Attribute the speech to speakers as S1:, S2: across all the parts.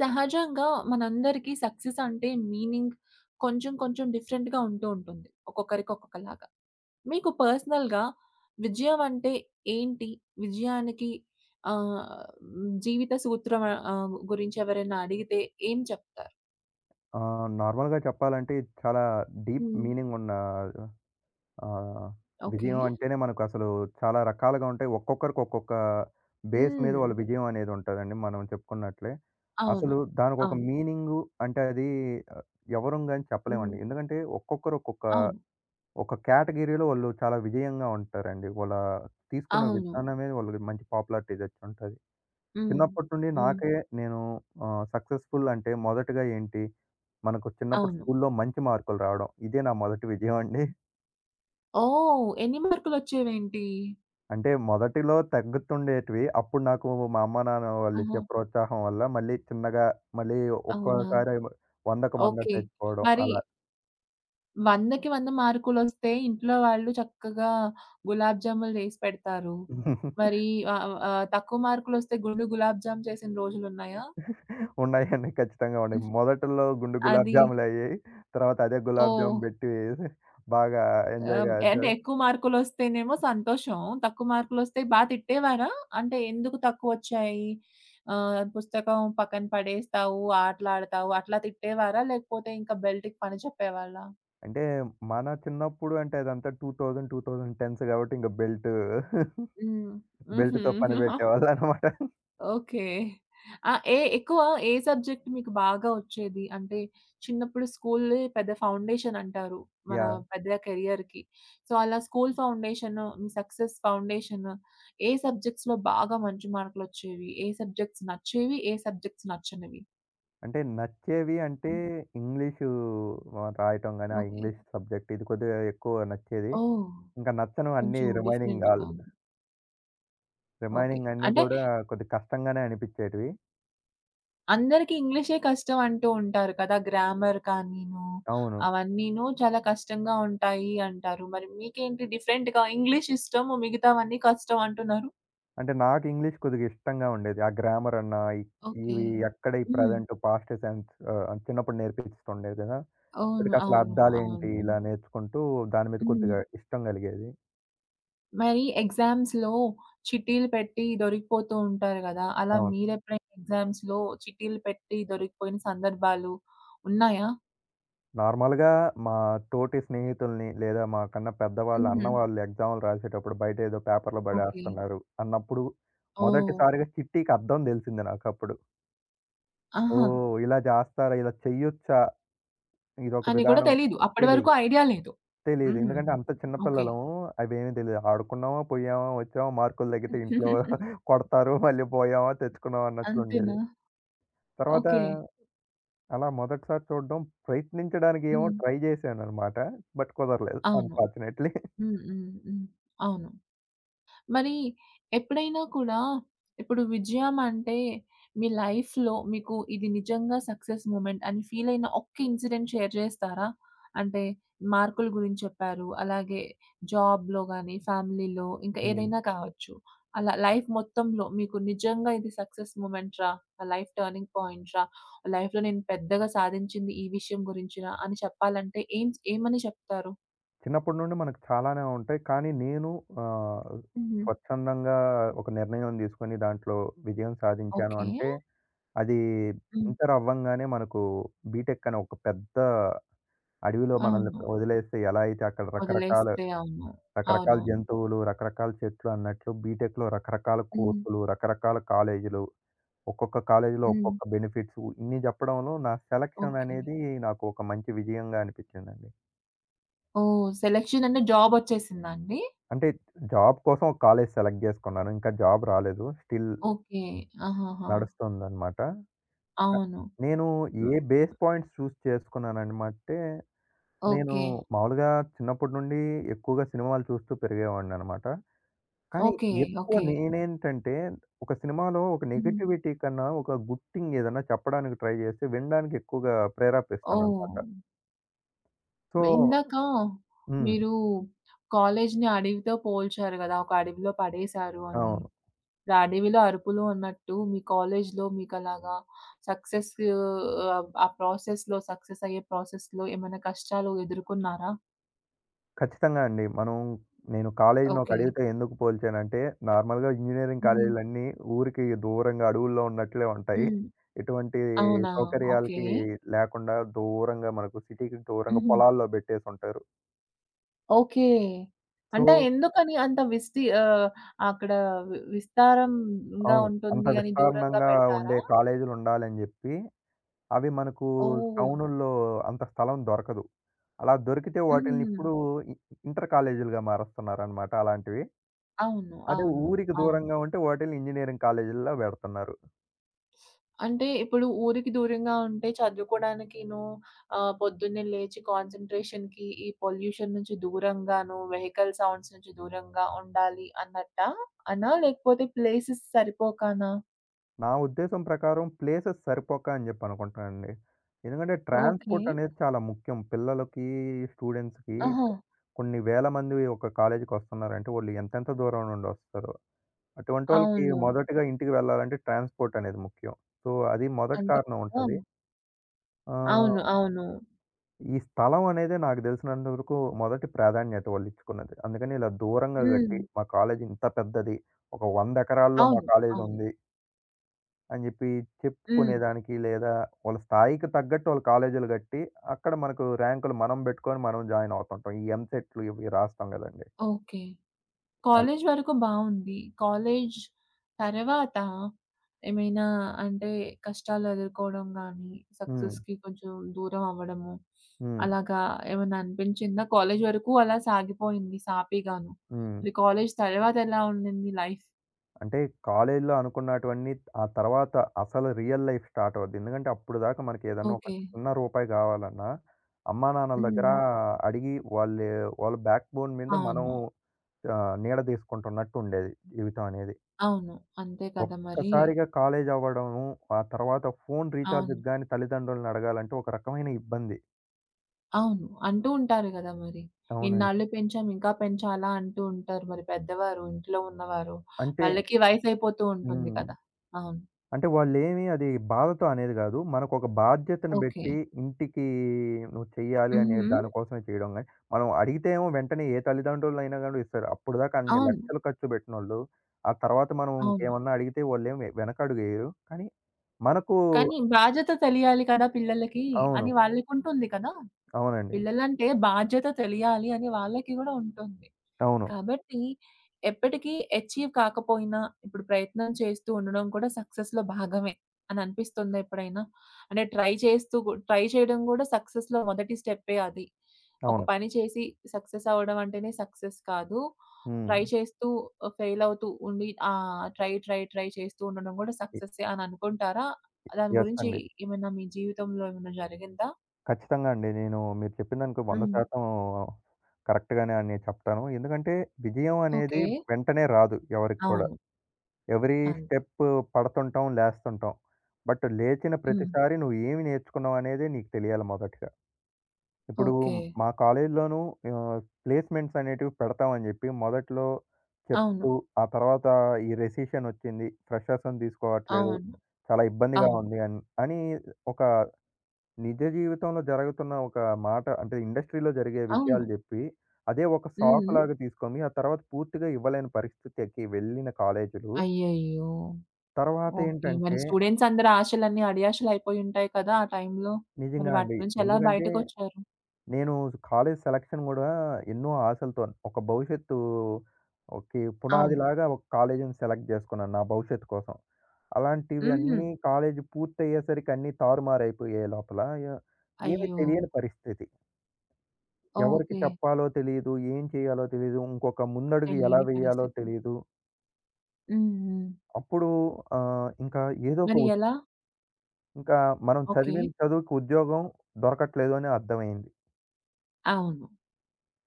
S1: సహజంగా మనందరికీ సక్సెస్ అంటే మీనింగ్ కొంచెం కొంచెం డిఫరెంట్‌గా ఉంటూ ఉంటుంది. ఒక్కొక్కరికి ఒక్కొక్కలాగా. మీకు పర్సనల్‌గా విజయం అంటే ఏంటి? విజయానికి ఆహ్, జీవిత సూత్రం గురించి ఎవరైనా అడిగితే ఏం చెప్తారు?
S2: నార్మల్‌గా చెప్పాలంటే ఇది చాలా డీప్
S1: హ్మ్.
S2: మీనింగ్ ఉన్న ఆహ్,
S1: ఓకే.
S2: విజయం అంటేనే మనకసలు చాలా రకాలుగా ఉంటాయి. ఒక్కొక్కరికి ఒక్కొక్క బేస్ మీద
S1: హ్మ్.
S2: వాళ్ళ విజయం అనేది ఉంటదండి మనం చెప్పుకున్నట్లే.
S1: అవును.
S2: అసలు దానికొక
S1: అవును.
S2: మీనింగు అంటే అది ఆహ్, ఎవరం గాని
S1: హ్మ్.
S2: చెప్పలేమండి. ఎందుకంటే ఒక్కొక్కరు ఒక్కొక్క
S1: అవును.
S2: ఒక కేటగిరీలో వాళ్ళు చాలా విజయంగా ఉంటారండి. వాళ్ళ తీసుకున్న
S1: అవును.
S2: విధానమే వాళ్ళకి మంచి పాపులారిటీ తెచ్చుంటది.
S1: హ్మ్.
S2: చిన్నప్పటి నుండి
S1: హ్మ్.
S2: నాకే నేను సక్సెస్‌ఫుల్ అంటే మొదటగా ఏంటి, మనకు చిన్నప్పుడు
S1: అవును.
S2: స్కూల్లో మంచి మార్కులు రావడం. ఇదే నా మొదటి విజయం అండి.
S1: ఓహ్! ఎన్ని మార్కులొచ్చేవేంటి?
S2: అంటే మొదటిలో తగ్గుతుండేటివి. అప్పుడు నాకు మా అమ్మ, నాన్న వాళ్ళు
S1: ఆహా!
S2: ఇచ్చే ప్రోత్సాహం వల్ల మళ్ళీ చిన్నగా మళ్ళీ
S1: అవునా!
S2: ఒక్కోసారి 100కి 100
S1: ఓకే.
S2: తెచ్చుకోవడం
S1: మరి
S2: అలా.
S1: 100కి 100 మార్కులొస్తే ఇంట్లో వాళ్ళు చక్కగా గులాబ్ జాములు చేసి పెడతారు. మరి ఆహ్, ఆహ్, ఆహ్, తక్కువ మార్కులొస్తే గుండు గులాబ్ జామ్ చేసిన రోజులున్నాయా?
S2: ఉన్నాయండి. ఖచ్చితంగా ఉన్నాయి. మొదట్లో గుండు గులాబ్
S1: అది
S2: జాములయ్యేయి. తర్వాత అదే గులాబ్
S1: ఓహ్!
S2: జామ్ పెట్టి బాగా ఎంజాయ్‌గా
S1: అంటే
S2: చే
S1: ఎక్కువ మార్కులొస్తేనేమో సంతోషం. తక్కువ మార్కులొస్తే బా తిట్టేవారా? అంటే ఎందుకు తక్కువొచ్చాయి? పుస్తకం పక్కన పడేస్తావు, ఆటలాడతావు అట్లా తిట్టేవారా? లేకపోతే ఇంకా బెల్ట్‌కి పని చెప్పేవాళ్ళా?
S2: అంటే మన చిన్నప్పుడు అంటే అదంతా 2000, 2010 కాబట్టి ఇంక బెల్ట్
S1: హ్మ్. హుహు.
S2: బెల్ట్‌తో పని పెట్టేవాళ్ళనమాట.
S1: ఓకే. ఆ! ఏ సబ్జెక్ట్ మీకు బాగా ఒచ్చేది? అంటే చిన్నప్పుడు స్కూలే పెద్ద ఫౌండేషన్ అంటారు. మన
S2: యాహ్!
S1: పెద్ద కెరియర్‌కి. సో, అలా స్కూల్ ఫౌండేషన్, మీ సక్సెస్ ఫౌండేషన్ ఏ సబ్జెక్ట్స్‌లో బాగా మంచి మార్కులొచ్చేవి? ఏ సబ్జెక్ట్స్ నచ్చేవి? ఏ సబ్జెక్ట్స్ నచ్చనివి?
S2: అంటే నచ్చేవి అంటే
S1: హ్మ్.
S2: ఇంగ్లీషు రాయటం గాని, ఆ
S1: ఓకే.
S2: ఇంగ్లీష్ సబ్జెక్ట్ ఇది కొద్దిగా ఎక్కువ నచ్చేది.
S1: ఓహ్!
S2: ఇంకా నచ్చనివి అన్నీ
S1: కొంచెం
S2: రిమైనింగ్
S1: డిఫరెంట్‌గా
S2: ఆల్
S1: ఉంది. ఓకే.
S2: రిమైనింగ్ అన్నీ
S1: అంటే
S2: కూడా కొద్దిగా కష్టంగానే అనిపించేటివి.
S1: అందరికి ఇంగ్లీషే కష్టం అంటూ ఉంటారు కదా! గ్రామర్ కానీను,
S2: అవును.
S1: అవన్నీను చాలా కష్టంగా ఉంటాయి అంటారు. మరి మీకేంటి డిఫరెంట్‌గా ఇంగ్లీష్ ఇష్టము, మిగతావన్నీ కష్టం అంటున్నారు?
S2: అంటే నాకు ఇంగ్లీష్ కొద్దిగా ఇష్టంగా ఉండేది. ఆ గ్రామర్ అన్నా, ఇ
S1: ఓకే.
S2: ఇవి ఎక్కడ ఈ
S1: హ్మ్.
S2: ప్రెజెంట్, పాస్ట్ సెన్స్ చిన్నప్పుడు నేర్పిస్తుండే కదా!
S1: అవును.
S2: అప్పటికి అసలు
S1: అవును.
S2: అద్దాలేంటి
S1: అవును.
S2: ఇలా నేర్చుకుంటూ దాని మీద
S1: హ్మ్.
S2: కొద్దిగా ఇష్టం కలిగేది.
S1: మరి ఎగ్జామ్స్‌లో చిట్టీలు పెట్టి దొరికిపోతూ ఉంటారు గదా! అలా
S2: అవును.
S1: మీరెప్పుడైనా ఎగ్జామ్స్‌లో చిట్టీలు పెట్టి దొరికిపోయిన సందర్భాలు ఉన్నాయా?
S2: నార్మల్‌గా మా తోటి స్నేహితుల్ని లేదా మాకన్నా పెద్దవాళ్ళు,
S1: హుహు.
S2: అన్నవాళ్ళు ఎగ్జామ్‌లు రాసేటప్పుడు బయట ఏదో పేపర్‌లో
S1: ఓకే.
S2: పడేస్తున్నారు అన్నప్పుడు
S1: ఓహ్!
S2: మొదటిసారిగా చిట్టీకి అర్థం తెలిసింది నాకప్పుడు.
S1: ఆహా!
S2: ఓహ్! ఇలా చేస్తారా? ఇలా చెయ్యొచ్చా? ఇదొక
S1: అని కూడా
S2: విధానం
S1: తెలీదు. అప్పటి వరకు
S2: తెలీదు.
S1: ఐడియా లేదు.
S2: తెలీదు.
S1: హుహు.
S2: ఎందుకంటే
S1: హుహు.
S2: అంత చిన్న
S1: ఓకే.
S2: పిల్లలము అవేమీ తెలీదు. ఆడుకున్నామా, పోయామా, వచ్చామా మార్కులు తగ్గితే ఇంట్లో కొడతారు. మళ్ళీ పోయామా, తెచ్చుకున్నాం అన్నట్లుండేది.
S1: అంతేనా?
S2: తర్వాత
S1: ఓకే.
S2: అలా మొదటిసారి చూడడం ప్రయత్నించడానికేమో
S1: హ్మ్.
S2: ట్రై జేశాననమాట. బట్ కుదరలేదు
S1: అవును.
S2: అన్‌ఫార్చునేట్‌లీ.
S1: హ్మ్. హ్మ్. హ్మ్. అవును. మరి ఎప్పుడైనా కూడా ఇప్పుడు విజయం అంటే మీ లైఫ్‌లో మీకు ఇది నిజంగా సక్సెస్ మూమెంట్ అని ఫీల్ అయిన ఒక్క ఇన్సిడెంట్ షేర్ చేస్తారా? అంటే మార్కుల గురించి చెప్పారు. అలాగే జాబ్‌లో గాని, ఫ్యామిలీలో ఇంకా
S2: హ్మ్.
S1: ఏదైనా కావచ్చు. అలా లైఫ్ మొత్తంలో మీకు నిజంగా ఇది సక్సెస్ మూమెంట్ రా! నా లైఫ్ టర్నింగ్ పాయింట్ రా! లైఫ్‌లో నేను పెద్దగా సాధించింది ఈ విషయం గురించి రా! అని చెప్పాలంటే ఏమని చెప్తారు?
S2: చిన్నప్పటి నుండి మనకు చాలానే ఉంటాయి. కానీ నేను ఆహ్,
S1: హుహు.
S2: స్వచ్ఛందంగా ఒక నిర్ణయం తీసుకొని దాంట్లో విజయం సాధించాను
S1: ఓకే.
S2: అంటే, అది
S1: హ్మ్.
S2: ఇంటర్ అవ్వంగానే మనకు బీటెక్ అనే ఒక పెద్ద అడవిలో మనల్ని
S1: అవును.
S2: వదిలేస్తే ఎలా అయితే అక్కడ రకరకాల
S1: వదిలేస్తే అవును.
S2: రకరకాల
S1: అవునవును.
S2: జంతువులు, రకరకాల చెట్లు అన్నట్లు బీటెక్‌లో రకరకాల
S1: హ్మ్.
S2: కోర్సులు, రకరకాల కాలేజీలు ఒక్కొక్క కాలేజీలో
S1: హ్మ్.
S2: ఒక్కొక్క బెనిఫిట్స్ ఇన్ని చెప్పడంలో నా సెలక్షన్
S1: ఓకే.
S2: అనేది నాకు ఒక మంచి విజయంగా అనిపించిందండి.
S1: ఓహ్! సెలక్షన్ అంటే జాబొచ్చేసిందా అండి?
S2: అంటే జాబ్ కోసం ఒక కాలేజ్ సెలెక్ట్ చేసుకున్నాను. ఇంకా జాబ్ రాలేదు. Still
S1: okay. ఆహాహా!
S2: నడుస్తుందనమాట. క
S1: అవును.
S2: నేను ఏ
S1: హ్మ్.
S2: బేస్ పాయింట్స్ చూస్ చేసుకున్నాననమాటే నేను
S1: ఓకే.
S2: మామూలుగా చిన్నప్పటి నుండి ఎక్కువగా సినిమాలు చూస్తూ పెరిగేవాడిననమాట. కానీ
S1: ఓకే.
S2: ఎక్కువ
S1: ఓకే.
S2: నేనేంటంటే ఒక సినిమాలో ఒక
S1: హ్మ్.
S2: నెగటివిటీ కన్నా ఒక గుడ్ థింగ్ ఏదన్నా చెప్పడానికి ట్రై చేసి వినడానికి ఎక్కువగా ప్రేరేపిస్తాననమాట.
S1: ఓహ్!
S2: సో
S1: ఇందాక
S2: హ్మ్.
S1: మీరు కాలేజిని అడవితో పోల్చారు గదా! ఒక అడవిలో పడేశారు అని.
S2: అవును.
S1: ఇప్పుడు ఆ అడవిలో అరుపులు అన్నట్టు మీ కాలేజిలో మీకలాగా సక్సెస్ ఆ ప్రాసెస్‌లో సక్సెస్ అయ్యే ప్రాసెస్‌లో ఏమైనా కష్టాలు ఎదుర్కొన్నారా?
S2: ఖచ్చితంగా అండి. మనం నేను కాలేజీని ఒక
S1: ఓకే.
S2: అడవితో ఎందుకు పోల్చానంటే, నార్మల్‌గా ఇంజినీరింగ్
S1: హుహు.
S2: కాలేజీలన్నీ ఊరికి దూరంగా అడవుల్లో ఉన్నట్లే ఉంటాయి.
S1: హ్మ్.
S2: ఎటువంటి
S1: అవునా? ఓకే.
S2: సౌకర్యాలకి లేకుండా దూరంగా మనకు సిటీకి దూరంగా
S1: హుహు.
S2: పొలాల్లో బెట్టేసుంటారు.
S1: ఓకే.
S2: సో
S1: అంటే ఎందుకని అక్కడ విస్తారంగా
S2: అవును. అంత
S1: ఉంటుంది అని దూరంగా
S2: విస్తారణంగా
S1: పెడతారా?
S2: ఉండే కాలేజీలుండాలని జెప్పి, అవి మనకు
S1: ఓహ్!
S2: టౌనుల్లో అంత స్థలం దొరకదు. అలా దొరికితే వాటిల్ని
S1: హుహుహు.
S2: ఇప్పుడు ఇ ఇంటర్ కాలేజీలుగా మారుస్తున్నారనమాట అలాంటివి.
S1: అవును.
S2: అదే
S1: అవును.
S2: ఊరికి
S1: అవును.
S2: దూరంగా ఉంటే వాటిల్ని ఇంజినీరింగ్ కాలేజీల్లో పెడుతున్నారు.
S1: అంటే ఇప్పుడు ఊరికి దూరంగా ఉంటే చదువుకోడానికిను పొద్దున్నే లేచి కాన్సంట్రేషన్‌కి ఈ పొల్యూషన్ నుంచి దూరంగాను, వెహికల్ సౌండ్స్ నుంచి దూరంగా ఉండాలి అన్నట్టా అనా? లేకపోతే ప్లేసెస్ సరిపోకనా?
S2: నా ఉద్దేశం ప్రకారం ప్లేసెస్ సరిపోక అని చెప్పి అనుకుంటానండి. ఎందుకంటే
S1: ఓకే.
S2: ట్రాన్స్‌పోర్ట్ అనేది చాలా ముఖ్యం. పిల్లలకి, స్టూడెంట్స్‌కి
S1: ఆహా!
S2: కొన్ని వేల మంది ఒక కాలేజీకి వస్తున్నారంటే వాళ్ళు ఎంతెంత దూరం నుండి వస్తారు. అటువంటి వాళ్ళకి
S1: అవును.
S2: మొదటగా ఇంటికి వెళ్ళాలంటే ట్రాన్స్‌పోర్ట్ అనేది ముఖ్యం. సో, అది మొదటి
S1: అంతే
S2: కారణం
S1: కదా!
S2: ఉంటది. ఆహ్
S1: అవును. అవును.
S2: ఈ స్థలం అనేదే నాకు తెలిసినంత వరకు మొదటి ప్రాధాన్యత వాళ్ళు ఇచ్చుకున్నది. అందుకని ఇలా దూరంగా హ్మ్.
S1: హ్మ్.
S2: కట్టి మా కాలేజ్ ఇంత పెద్దది. ఒక 100 ఎకరాల్లో మా
S1: అవును.
S2: కాలేజ్
S1: అవును.
S2: ఉంది అని చెప్పి
S1: హ్మ్.
S2: చెప్పుకునేదానికి లేదా వాళ్ళ స్థాయికి తగ్గట్టు వాళ్ళు కాలేజీలు కట్టి అక్కడ మనకు ర్యాంకులు మనం పెట్టుకొని మనం జాయిన్ అవుతుంటాం. ఈ ఎంసెట్‌లు ఇవి రాస్తాం కదండీ!
S1: ఓకే.
S2: అల్
S1: కాలేజి వరకు బావుంది. కాలేజి తర్వాత ఏమైనా అంటే కష్టాలు ఎదుర్కోవడం గానీ,
S2: హ్మ్.
S1: సక్సెస్‌కి కొంచెం దూరం అవ్వడము,
S2: హ్మ్.
S1: అలాగా ఏమన్నా అనిపించిందా? కాలేజి వరకు అలా సాగిపోయింది సాఫీగాను.
S2: హ్మ్.
S1: మరి కాలేజి తర్వాత ఎలా ఉండింది లైఫ్?
S2: అంటే కాలేజీలో అనుకున్నటువన్నీ ఆ తర్వాత అసలు రియల్ లైఫ్ స్టార్ట్ అవుద్ది. ఎందుకంటే అప్పటిదాకా మనకి ఏదన్నా ఒక
S1: ఓకే.
S2: చిన్న రూపాయి గావాలన్నా అమ్మానాన్నల దగ్గర
S1: హ్మ్.
S2: అడిగి వాళ్ళే వాళ్ళ బ్యాక్ బోన్ మీద మనం
S1: అవును.
S2: నీడ తీసుకుంటున్నట్టు ఉండేది జీవితం అనేది.
S1: అవును. అంతే కదా మరి!
S2: ఒక్కసారిగా కాలేజీ అవ్వడము, ఆ తర్వాత ఫోను
S1: అవును.
S2: రీచార్జ్‌కి గాని తల్లిదండ్రులను అడగాలంటే ఒక రకమైన ఇబ్బంది.
S1: అవును. అంటూ ఉంటారు గదా! మరి.
S2: అవునండి.
S1: ఇన్నాళ్ళు పెంచాం ఇంకా పెంచాలా అంటూ ఉంటారు. మరి పెద్దవారు, ఇంట్లో ఉన్నవారు.
S2: అంటే
S1: వాళ్ళకి వయసయిపోతూ ఉంటుంది
S2: హ్మ్.
S1: కదా! అవును.
S2: అంటే వాళ్ళేమి అది బాధతో అనేది గాదు. మనకొక బాధ్యతను
S1: ఓకే.
S2: బెట్టి ఇంటికి నువ్వు చెయ్యాలి అనే
S1: హుహు.
S2: దానికోసమే చేయడం గాని, మనం అడిగితే ఏమో వెంటనే ఏ తల్లిదండ్రులైనా గాని ఇస్తారు. అప్పటిదాకా అన్ని
S1: అవును.
S2: లక్షలు ఖర్చు బెట్టినోళ్ళు, ఆ తర్వాత మనం
S1: అవును.
S2: ఇంకేమన్నా అడిగితే వాళ్ళేమి వెనకడుగేయరు. కానీ మనకు
S1: కానీ బాధ్యత తెలియాలి కదా పిల్లలకి
S2: అవును.
S1: అని వాళ్ళకుంటుంది కదా!
S2: అవునండి.
S1: పిల్లలంటే బాధ్యత తెలియాలి అని వాళ్ళకి గూడా ఉంటుంది.
S2: అవును.
S1: కాబట్టి ఎప్పటికీ అచీవ్ కాకపోయినా, ఇప్పుడు ప్రయత్నం చేస్తూ ఉండడం కూడా సక్సెస్‌లో భాగమే అని అనిపిస్తుందా ఎప్పుడైనా? అంటే ట్రై చేస్తూ గు ట్రై చేయడం కూడా సక్సెస్‌లో మొదటి స్టెప్పే అది. ఒక
S2: అవును.
S1: పని చేసి సక్సెస్ అవ్వడం అంటేనే సక్సెస్ కాదు.
S2: హ్మ్.
S1: ట్రై చేస్తూ ఫెయిల్ అవుతూ ఉండి ట్రై, ట్రై, ట్రై చేస్తూ ఉండడం కూడా
S2: ఎ
S1: సక్సెస్సే అని అనుకుంటారా? దాని
S2: యెస్
S1: గురించి
S2: అండి.
S1: మీ జీవితంలో ఏమైనా జరిగిందా?
S2: ఖచ్చితంగా అండి. నేను మీరు చెప్పిన దానికి
S1: హ్మ్.
S2: 100% కరెక్ట్‌గానే అని చెప్తాను. ఎందుకంటే విజయం అనేది
S1: ఓకే.
S2: వెంటనే రాదు ఎవరికి కూడా.
S1: అవును.
S2: ఎవ్రీ
S1: అంతే.
S2: స్టెప్ పడుతుంటాం, లేస్తుంటాం. బట్ లేచిన
S1: హ్మ్.
S2: ప్రతిసారి నువ్వు ఏమి నేర్చుకున్నావు అనేదే నీకు తెలియాలి మొదటగా. ఇప్పుడు
S1: ఓకే.
S2: మా కాలేజీలోనూ ప్లేస్‌మెంట్స్ అనేటివి పెడతామని జెప్పి మొదట్లో
S1: అవును.
S2: చెప్తూ, ఆ తర్వాత ఈ రెసిషన్ వచ్చింది. ఫ్రెషర్స్‌ని తీసుకోవట్లేదు.
S1: అవును.
S2: చాలా ఇబ్బందిగా
S1: అవును.
S2: ఉంది అని, అని ఒక నిజ జీవితంలో జరుగుతున్న ఒక మాట అంటే ఇండస్ట్రీలో జరిగే
S1: అవును.
S2: విషయాలు జెప్పి, అదే ఒక
S1: హ్మ్.
S2: సాకులాగా తీసుకొని, ఆ తర్వాత పూర్తిగా ఇవ్వలేని పరిస్థితికి వెళ్ళిన కాలేజీలు
S1: అయ్యయ్యో!
S2: తర్వాత
S1: ఓకే. మరి
S2: ఏంటంటే
S1: స్టూడెంట్స్ అందరి ఆశలన్నీ అడియాశలయిపోయుంటాయి కదా! ఆ టైంలో. మరి
S2: నిజంగా
S1: వాటి
S2: అండి.
S1: నుంచి ఎలా
S2: ఎందుకంటే
S1: బయటకొచ్చారు?
S2: నేను కాలేజ్ సెలక్షన్ గూడా ఎన్నో ఆశలతో ఒక భవిష్యత్తు ఓకే.
S1: అవును.
S2: పునాదిలాగా ఒక కాలేజీని సెలెక్ట్ జేసుకున్నాను నా భవిష్యత్తు కోసం. అలాంటివి
S1: హుహు.
S2: అన్నీ కాలేజీ పూర్తయ్యేసరికి అన్నీ తారుమారయిపోయే లోపల య ఏమీ
S1: అయ్యో!
S2: తెలియని పరిస్థితి. ఎవరికి
S1: ఓకే.
S2: చెప్పాలో తెలీదు. ఏం చేయాలో తెలీదు. ఇంకొక ముందడుగు ఎలా
S1: తెలియని
S2: వేయాలో
S1: పరిస్థితి.
S2: తెలీదు.
S1: హ్మ్. హ్మ్.
S2: అప్పుడు ఇంకా ఏదో ఒక
S1: మరి
S2: ఉ
S1: ఎలా?
S2: ఇంకా మనం
S1: ఓకే.
S2: చదివిన చదువుకి ఉద్యోగం దొరకట్లేదు అని అర్థమైంది.
S1: అవును.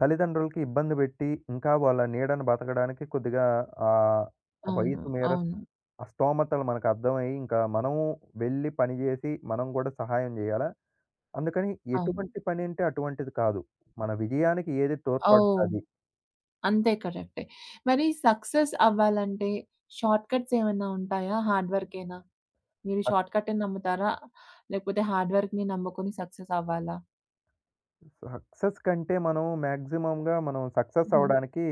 S2: తల్లిదండ్రులకి ఇబ్బంది పెట్టి, ఇంకా వాళ్ళ నీడన బతకడానికి కొద్దిగా ఆహ్,
S1: అవును.
S2: వయసు మేర
S1: అవును.
S2: ఆ స్తోమతలు మనకు అర్థమయ్యి, ఇంకా మనము వెళ్లి పని జేసి, మనం గూడా సహాయం జేయాలా? అందుకని
S1: అవును.
S2: ఎటువంటి పని అంటే అటువంటిది కాదు. మన విజయానికి ఏది
S1: ఓహ్!
S2: తోడ్పడుతది.
S1: అంతే కరెక్టే. మరి సక్సెస్ అవ్వాలంటే షార్ట్ కట్స్ ఏమన్నా ఉంటాయా? హార్డ్ వర్కేనా? మీరు
S2: సక్
S1: షార్ట్ కట్‌ని నమ్ముతారా? లేకపోతే హార్డ్ వర్క్‌ని నమ్ముకొని సక్సెస్ అవ్వాలా?
S2: సక్సెస్ కంటే మనం మాక్సిమమ్‌గా మనం సక్సెస్
S1: హుహు.
S2: అవ్వడానికి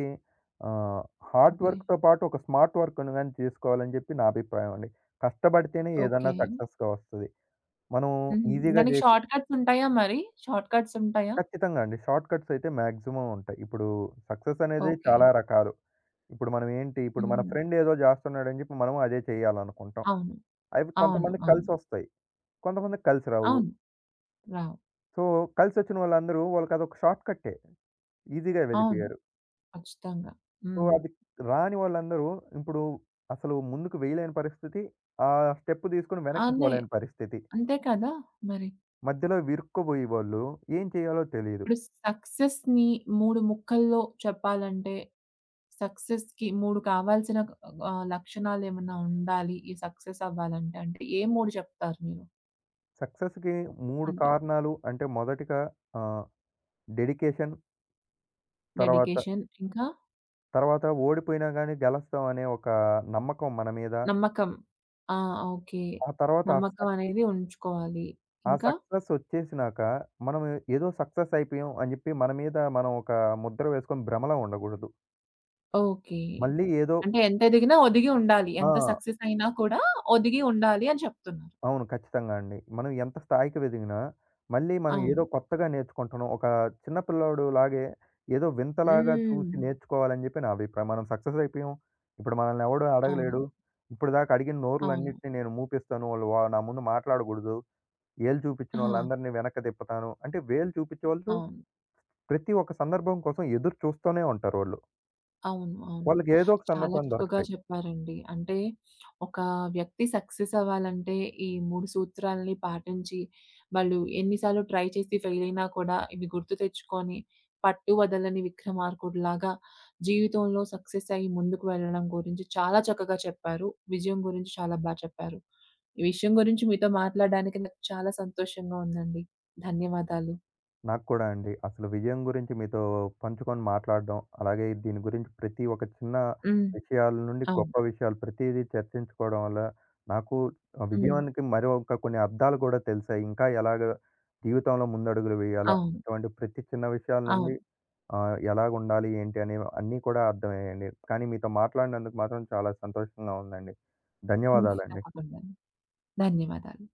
S2: ఆహ్, హార్డ్
S1: ఓకే.
S2: వర్క్‌తో పాటు ఒక స్మార్ట్ వర్క్‌ను గాని చేసుకోవాలని జెప్పి నా అభిప్రాయం అండి. కష్టపడితేనే ఏదన్నా
S1: ఓకే.
S2: సక్సెస్‌గా వస్తది. మనం
S1: హుహు.
S2: ఈజీగా
S1: దానికి
S2: జేసి
S1: షార్ట్ కట్స్ ఉంటాయా మరి? షార్ట్ కట్స్ ఉంటాయా?
S2: ఖచ్చితంగా అండి. షార్ట్ కట్స్ అయితే మాక్సిమం ఉంటాయి. ఇప్పుడు సక్సెస్ అనేది
S1: ఓకే.
S2: చాలా రకాలు. ఇప్పుడు మనం ఏంటి, ఇప్పుడు మన
S1: హుహు.
S2: ఫ్రెండ్ ఏదో జేస్తున్నాడని జెప్పి మనం అదే చేయాలనుకుంటాం.
S1: అవును.
S2: అవి
S1: అవును.
S2: కొంతమందికి
S1: అవును.
S2: కలిసొస్తాయి. కొంతమందికి కలిసి రావు.
S1: అవును. రావు.
S2: సో, కలిసొచ్చిన వాళ్ళందరూ వాళ్ళకదొక షార్ట్ కట్టే. ఈజీగా
S1: అవును.
S2: వెళ్ళిపోయారు.
S1: ఖచ్చితంగా.
S2: సో,
S1: హ్మ్.
S2: అది రాని వాళ్ళందరూ ఇప్పుడు అసలు ముందుకు వేయలేని పరిస్థితి, ఆ స్టెప్ తీసుకొని వెనక్కి
S1: అదే.
S2: పోలేని పరిస్థితి.
S1: అంతే కదా! మరి.
S2: మధ్యలో ఇరుక్కుబోయే వాళ్ళు ఏం చేయాలో తెలీదు.
S1: ఇప్పుడు సక్సెస్‌ని 3 ముక్కల్లో చెప్పాలంటే, సక్సెస్‌కి 3 కావాల్సిన లక్షణాలేమన్నా ఉండాలి. ఈ సక్సెస్ అవ్వాలంటే అంటే ఏ 3 చెప్తారు మీరు?
S2: సక్సెస్‌కి 3
S1: అంటే
S2: కారణాలు అంటే మొదటిగా ఆహ్, డెడికేషన్ తర్వాత,
S1: డెడికేషన్ ఇంకా?
S2: తర్వాత ఓడిపోయినా గాని గెలుస్తాం అనే ఒక నమ్మకం మన మీద.
S1: నమ్మకం. ఆ! ఓకే.
S2: ఆ తర్వాత
S1: నమ్మకం అనేది ఉంచుకోవాలి.
S2: ఆ
S1: ఇంకా?
S2: సక్సెస్ ఒచ్చేసినాక మనం ఏదో సక్సెస్ అయిపోయాం అని జెప్పి మన మీద మనం ఒక ముద్ర వేసుకొని భ్రమలో ఉండగూడదు.
S1: ఓకే.
S2: మళ్ళీ ఏదో
S1: అంటే ఎంత ఎదిగినా ఒదిగి ఉండాలి.
S2: ఆ!
S1: ఎంత సక్సెస్ అయినా కూడా ఒదిగి ఉండాలి అని చెప్తున్నారు.
S2: అవును. ఖచ్చితంగా అండి. మనం ఎంత స్థాయికి వెదిగినా, మళ్ళీ మనం ఏదో
S1: అవును.
S2: కొత్తగా నేర్చుకుంటున్నాం. ఒక చిన్న పిల్లోడులాగే ఏదో వింతలాగా
S1: హ్మ్.
S2: చూసి నేర్చుకోవాలని జెప్పి నా అభిప్రాయం. మనం సక్సెస్ అయిపోయాం. ఇప్పుడు మనల్ని ఎవడు
S1: అవును.
S2: అడగలేడు. ఇప్పటిదాకా అడిగిన
S1: అవును.
S2: నోరులన్నిటిని నేను మూపిస్తాను. వాళ్ళు వా నా ముందు మాట్లాడగూడదు. ఏళ్ళు
S1: ఆ!
S2: చూపించినోళ్ళందరిని వెనక్కి తిప్పుతాను. అంటే వేలు చూపించేవాళ్ళు
S1: అవును.
S2: ప్రతి ఒక్క సందర్భం కోసం ఎదురు చూస్తూనే ఉంటారోళ్ళు.
S1: అవును. అవును.
S2: వాళ్ళకి ఏదో ఒక
S1: చాలా
S2: సందర్భం
S1: చక్కగా
S2: దొరకతాయి.
S1: చెప్పారండి. అంటే ఒక వ్యక్తి సక్సెస్ అవ్వాలంటే ఈ 3 సూత్రాల్ని పాటించి, వాళ్ళు ఎన్ని సార్లు ట్రై చేసి ఫెయిల్ అయినా కూడా ఇవి గుర్తు తెచ్చుకొని, పట్టు వదలని విక్రమార్కుడిలాగా జీవితంలో సక్సెస్ అయ్యి ముందుకు వెళ్ళడం గురించి చాలా చక్కగా చెప్పారు. విజయం గురించి చాలా బా చెప్పారు. ఈ విషయం గురించి మీతో మాట్లాడడానికి నాకు చాలా సంతోషంగా ఉందండి. ధన్యవాదాలు.
S2: నాకు కూడా అండి. అసలు విజయం గురించి మీతో పంచుకొని మాట్లాడడం, అలాగే దీని గురించి ప్రతి ఒక చిన్న
S1: హ్మ్.
S2: విషయాల నుండి
S1: అవును.
S2: గొప్ప విషయాలు ప్రతీదీ చర్చించుకోవడం వల్ల నాకు
S1: హ్మ్.
S2: విజయానికి మరో ఇంకా కొన్ని అర్థాలు కూడా తెలిసాయి. ఇంకా ఎలాగా జీవితంలో ముందడుగులు వేయాలా?
S1: అవును.
S2: ఇటువంటి ప్రతి చిన్న విషయాల నుండి
S1: అవును.
S2: ఎలాగుండాలి? ఏంటి? అనేవి అన్నీ కూడా అర్థమయ్యాయండి. కానీ మీతో మాట్లాడినందుకు మాత్రం చాలా సంతోషంగా ఉందండి.
S1: హ్మ్.
S2: ధన్యవాదాలండి.
S1: తప్పకుండా. ధన్యవాదాలు.